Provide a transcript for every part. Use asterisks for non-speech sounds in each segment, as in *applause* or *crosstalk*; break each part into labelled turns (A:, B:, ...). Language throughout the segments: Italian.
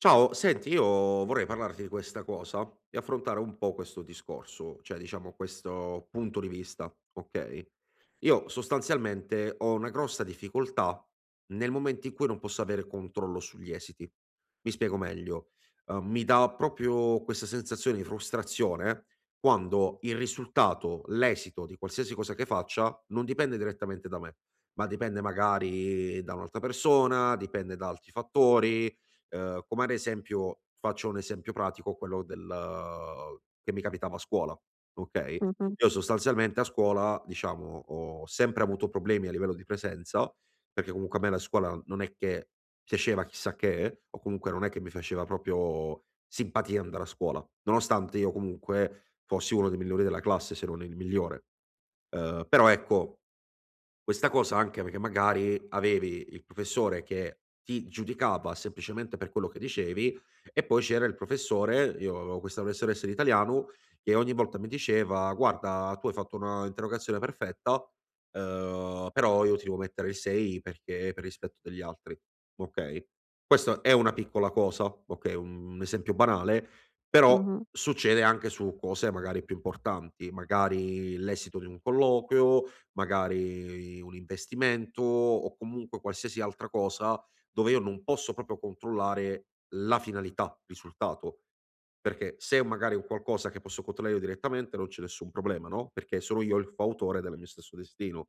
A: Ciao, senti, io vorrei parlarti di questa cosa e affrontare un po' questo discorso, cioè diciamo questo punto di vista, ok? Io sostanzialmente ho una grossa difficoltà nel momento in cui non posso avere controllo sugli esiti. Mi spiego meglio. Mi dà proprio questa sensazione di frustrazione quando il risultato, l'esito di qualsiasi cosa che faccia non dipende direttamente da me, ma dipende magari da un'altra persona, dipende da altri fattori. Come ad esempio faccio un esempio pratico, quello del che mi capitava a scuola, okay?
B: Mh-mh,
A: Io sostanzialmente a scuola, diciamo, ho sempre avuto problemi a livello di presenza, perché comunque a me la scuola non è che piaceva chissà che, o comunque non è che mi faceva proprio simpatia andare a scuola, nonostante io comunque fossi uno dei migliori della classe, se non il migliore. Però ecco questa cosa anche perché magari avevi il professore che ti giudicava semplicemente per quello che dicevi e poi c'era il professore, io avevo questa professoressa di italiano che ogni volta mi diceva: "Guarda, tu hai fatto una interrogazione perfetta, però io ti devo mettere il 6 perché per rispetto degli altri." Okay? Questa è una piccola cosa, okay, un esempio banale, però
B: mh-mh,
A: succede anche su cose magari più importanti, magari l'esito di un colloquio, magari un investimento o comunque qualsiasi altra cosa dove io non posso proprio controllare la finalità, il risultato. Perché se è magari un qualcosa che posso controllare io direttamente non c'è nessun problema, no, perché sono io il fautore del mio stesso destino.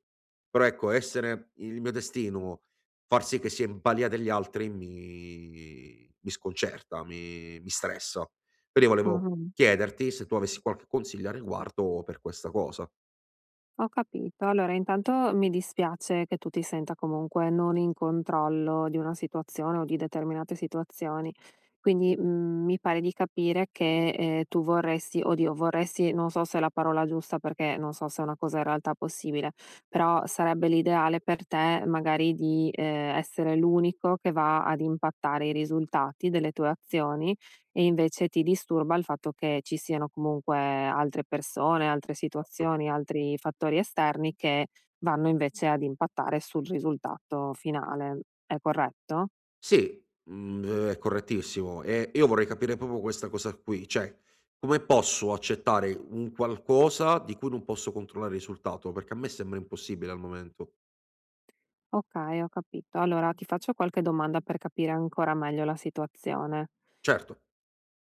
A: Però ecco, essere il mio destino, far sì che sia in balia degli altri mi sconcerta, mi stressa. Quindi volevo
B: mh-mh.
A: chiederti se tu avessi qualche consiglio a riguardo per questa cosa.
B: Ho capito. Allora intanto mi dispiace che tu ti senta comunque non in controllo di una situazione o di determinate situazioni. Quindi, mi pare di capire che, tu vorresti oddio vorresti non so se è la parola giusta perché non so se è una cosa in realtà possibile, però sarebbe l'ideale per te magari di, essere l'unico che va ad impattare i risultati delle tue azioni. E invece ti disturba il fatto che ci siano comunque altre persone, altre situazioni, altri fattori esterni che vanno invece ad impattare sul risultato finale. È corretto?
A: Sì, mhmm, è correttissimo. E io vorrei capire proprio questa cosa qui, cioè come posso accettare un qualcosa di cui non posso controllare il risultato? Perché a me sembra impossibile al momento.
B: Okay, ho capito. Allora ti faccio qualche domanda per capire ancora meglio la situazione.
A: Certo.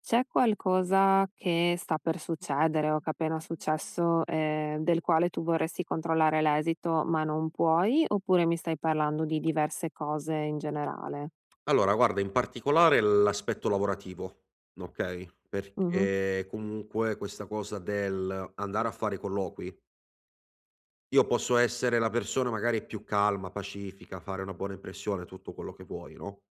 B: C'è qualcosa che sta per succedere o che è appena successo, del quale tu vorresti controllare l'esito ma non puoi, oppure mi stai parlando di diverse cose in generale?
A: Allora guarda, in particolare l'aspetto lavorativo, okay,
B: Mh-mh,
A: perché comunque questa cosa del andare a fare colloqui, io posso essere la persona magari più calma, pacifica, fare una buona impressione, tutto quello che vuoi, no.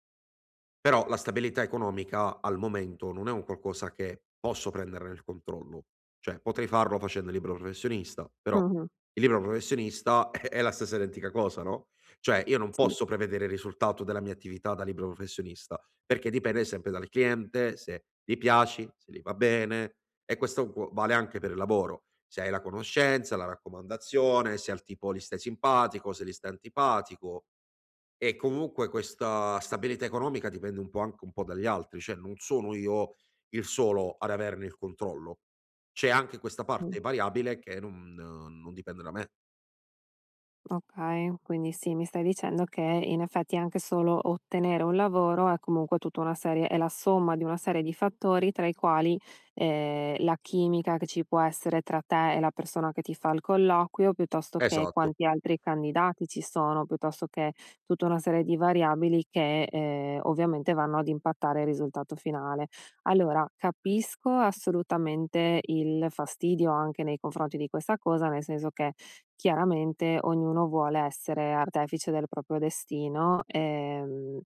A: Però la stabilità economica al momento non è un qualcosa che posso prendere nel controllo, cioè potrei farlo facendo il libero professionista, però
B: mh-mh,
A: il libero professionista *laughs* è la stessa identica cosa, no, cioè io non
B: sì.
A: posso prevedere il risultato della mia attività da libero professionista, perché dipende sempre dal cliente, se gli piaci, se gli va bene e questo gu vale anche per il lavoro. Se hai la conoscenza, la raccomandazione, se al tipo gli stai simpatico, se gli stai antipatico, e comunque questa stabilità economica dipende un po' anche un po' dagli altri, cioè non sono io il solo ad averne il controllo. C'è anche questa
B: Mh,
A: parte variabile che non dipende da me.
B: okay, quindi sì, mi stai dicendo che in effetti anche solo ottenere un lavoro è comunque tutta una serie è la somma di una serie di fattori tra i quali, la chimica che ci può essere tra te e la persona che ti fa il colloquio, piuttosto che
A: Esatto,
B: quanti altri candidati ci sono, piuttosto che tutta una serie di variabili che, ovviamente vanno ad impattare il risultato finale. Allora, capisco assolutamente il fastidio anche nei confronti di questa cosa, nel senso che chiaramente ognuno vuole essere artefice del proprio destino,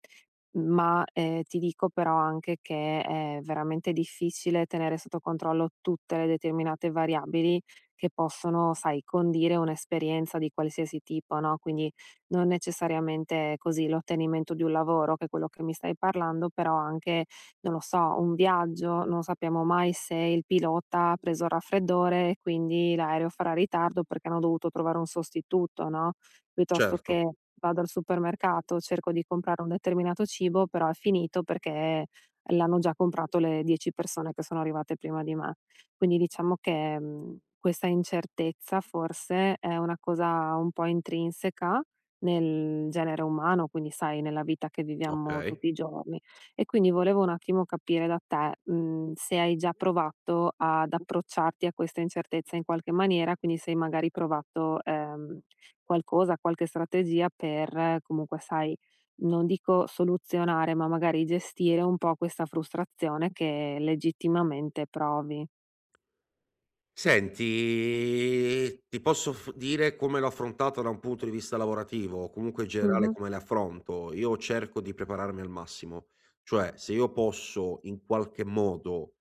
B: ma, ti dico però anche che è veramente difficile tenere sotto controllo tutte le determinate variabili che possono, sai, condire un'esperienza di qualsiasi tipo, no, quindi non necessariamente così l'ottenimento di un lavoro, che è quello che mi stai parlando, però anche non lo so, un viaggio, non sappiamo mai se il pilota ha preso il raffreddore e quindi l'aereo farà ritardo perché hanno dovuto trovare un sostituto, no, piuttosto
A: certo.
B: che vado al supermercato, cerco di comprare un determinato cibo, però è finito perché l'hanno già comprato le 10 persone che sono arrivate prima di me. Quindi diciamo che, questa incertezza forse è una cosa un po' intrinseca nel genere umano, quindi sai, nella vita che viviamo
A: Okay.
B: tutti i giorni. E quindi volevo un attimo capire da te, se hai già provato ad approcciarti a questa incertezza in qualche maniera, quindi se hai magari provato, qualcosa, qualche strategia per comunque, sai, non dico soluzionare, ma magari gestire un po' questa frustrazione che legittimamente provi.
A: Senti, ti posso f dire come l'ho affrontata da un punto di vista lavorativo, o comunque in generale
B: Mh-mh,
A: come le affronto. Io cerco di prepararmi al massimo, cioè se io posso in qualche modo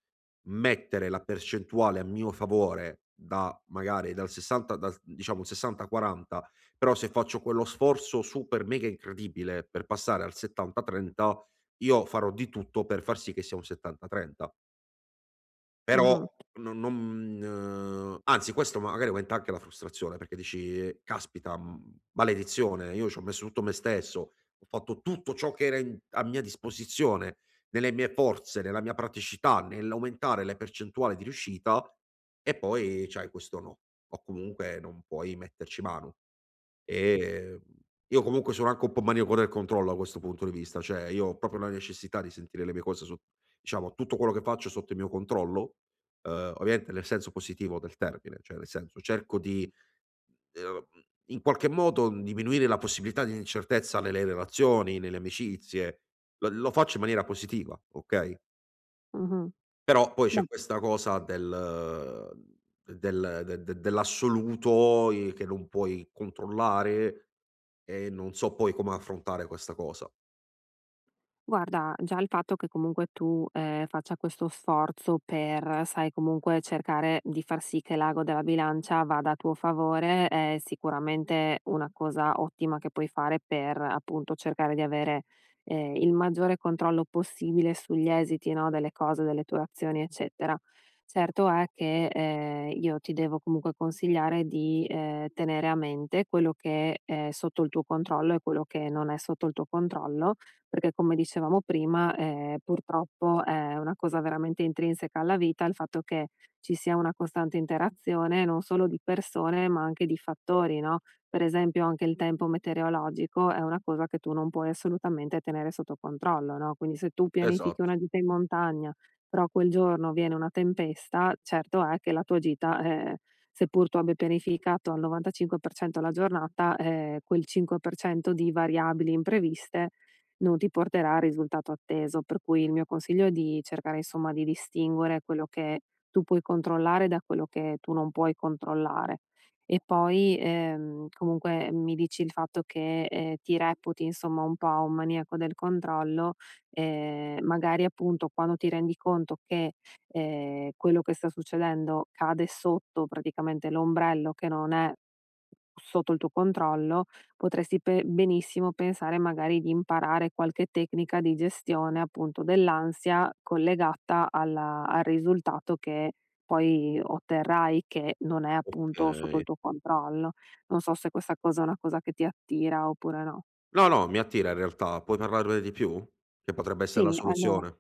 A: mettere la percentuale a mio favore da magari dal diciamo un 60-40, però se faccio quello sforzo super mega incredibile per passare al 70-30, io farò di tutto per far sì che sia un 70-30. Però
B: mh-mh,
A: no non anzi questo magari aumenta anche la frustrazione, perché dici: "Caspita, mhmm, maledizione, io c'ho messo tutto me stesso, ho fatto tutto ciò che era in a mia disposizione, nelle mie forze, nella mia praticità, nell'aumentare le percentuali di riuscita e poi c'hai questo no, o comunque non puoi metterci mano". Ehm, io comunque sono anche un po' maniaco del controllo da questo punto di vista, cioè io ho proprio la necessità di sentire le mie cose sot diciamo tutto quello che faccio sotto il mio controllo, ovviamente nel senso positivo del termine, cioè nel senso cerco di, ehm, in qualche modo diminuire la possibilità di incertezza nelle relazioni, nelle amicizie, lo faccio in maniera positiva, okay,
B: mh-mh.
A: però poi c'è questa cosa del del de de dell'assoluto, che non puoi controllare, e non so poi come affrontare questa cosa.
B: Guarda, già il fatto che comunque tu, faccia questo sforzo per, sai, comunque cercare di far sì che l'ago della bilancia vada a tuo favore è sicuramente una cosa ottima che puoi fare per, appunto, cercare di avere, il maggiore controllo possibile sugli esiti, no, delle cose, delle tue azioni, eccetera. Certo è che, io ti devo comunque consigliare di, tenere a mente quello che è sotto il tuo controllo e quello che non è sotto il tuo controllo, perché come dicevamo prima, purtroppo è una cosa veramente intrinseca alla vita il fatto che ci sia una costante interazione non solo di persone, ma anche di fattori, no, per esempio anche il tempo metereologico è una cosa che tu non puoi assolutamente tenere sotto controllo, no, quindi se tu pianifichi
A: Esatto,
B: una gita in montagna, però quel giorno viene una tempesta, certo è che la tua gita, seppur tu abbia pianificato al 95% la giornata, quel 5% di variabili impreviste non ti porterà al risultato atteso, per cui il mio consiglio è di cercare insomma di distinguere quello che tu puoi controllare da quello che tu non puoi controllare. E poi comunque mi dici il fatto che ti reputi insomma un po' un maniaco del controllo, magari appunto quando ti rendi conto che quello che sta succedendo cade sotto praticamente l'ombrello che non è sotto il tuo controllo, potresti pe benissimo pensare magari di imparare qualche tecnica di gestione, appunto, dell'ansia collegata alla al risultato che poi otterrai, che non è appunto sotto
A: okay.
B: il tuo controllo. Non so se questa cosa è una cosa che ti attira oppure no.
A: No, no, mi attira in realtà. Puoi parlarmene di più? Che potrebbe essere la
B: Sì, allo
A: soluzione?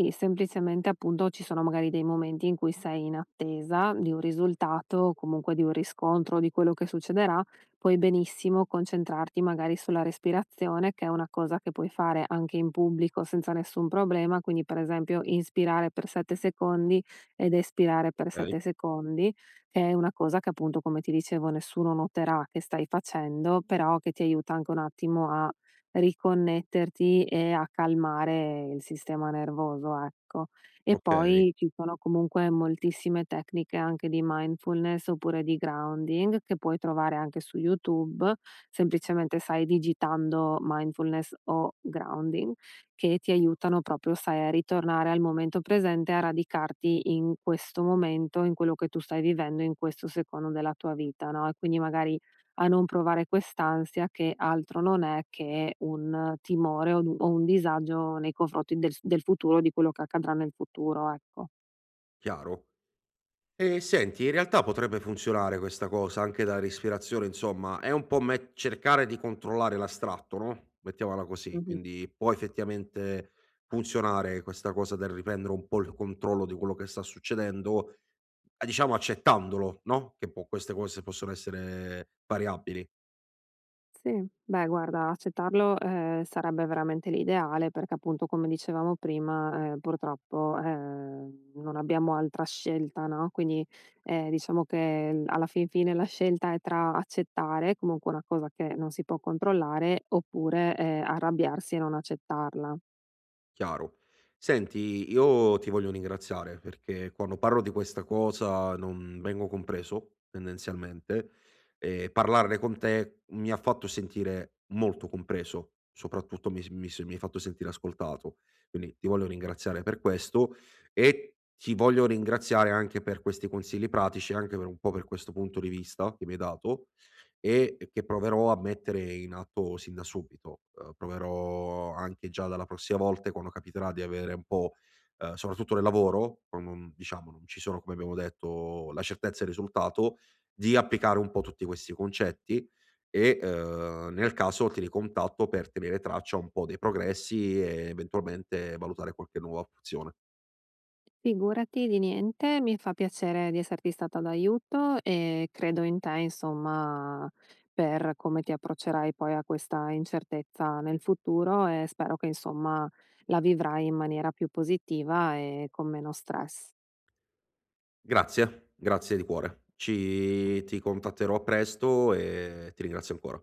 B: Sì, semplicemente appunto ci sono magari dei momenti in cui sei in attesa di un risultato, comunque di un riscontro di quello che succederà, puoi benissimo concentrarti magari sulla respirazione, che è una cosa che puoi fare anche in pubblico senza nessun problema, quindi per esempio inspirare per 7 secondi ed espirare per
A: Okay,
B: 7 secondi, che è una cosa che appunto come ti dicevo nessuno noterà che stai facendo, però che ti aiuta anche un attimo a riconnetterti e a calmare il sistema nervoso, ecco. E
A: okay,
B: poi ci sono comunque moltissime tecniche anche di mindfulness oppure di grounding che puoi trovare anche su YouTube, semplicemente sai digitando mindfulness o grounding, che ti aiutano proprio, sai, a ritornare al momento presente, a radicarti in questo momento, in quello che tu stai vivendo in questo secondo della tua vita, no, e quindi magari a non provare quest'ansia che altro non è che un timore o du o un disagio nei confronti del futuro, di quello che accadrà nel futuro, ecco.
A: chiaro. E senti, in realtà potrebbe funzionare questa cosa anche da respirazione, insomma, è un po' me cercare di controllare l'astratto, no, mettiamola così,
B: Mh-mh.
A: quindi può effettivamente funzionare questa cosa del riprendere un po' il controllo di quello che sta succedendo, a diciamo accettandolo, no, che può queste cose possono essere variabili.
B: Sì, beh guarda accettarlo, sarebbe veramente l'ideale perché appunto come dicevamo prima, purtroppo, non abbiamo altra scelta, no, quindi, diciamo che l alla fin fine la scelta è tra accettare, comunque una cosa che non si può controllare, oppure, arrabbiarsi e non accettarla.
A: Chiaro. Senti, io ti voglio ringraziare perché quando parlo di questa cosa non vengo compreso tendenzialmente e parlarne con te mi ha fatto sentire molto compreso, soprattutto mi hai fatto sentire ascoltato. Quindi ti voglio ringraziare per questo e ti voglio ringraziare anche per questi consigli pratici, anche per un po' per questo punto di vista che mi hai dato e che proverò a mettere in atto sin da subito. Proverò anche già dalla prossima volta quando capiterà di avere un po' soprattutto nel lavoro, quando non diciamo, non ci sono, come abbiamo detto, la certezza e il risultato, di applicare un po' tutti questi concetti e, nel caso ti ricontatto per tenere traccia un po' dei progressi e eventualmente valutare qualche nuova opzione.
B: Figurati di niente, mi fa piacere di esserti stata d'aiuto e credo in te, insomma, per come ti approccerai poi a questa incertezza nel futuro e spero che, insomma, la vivrai in maniera più positiva e con meno stress.
A: Grazie, grazie di cuore. Ci Ti contatterò presto e ti ringrazio ancora.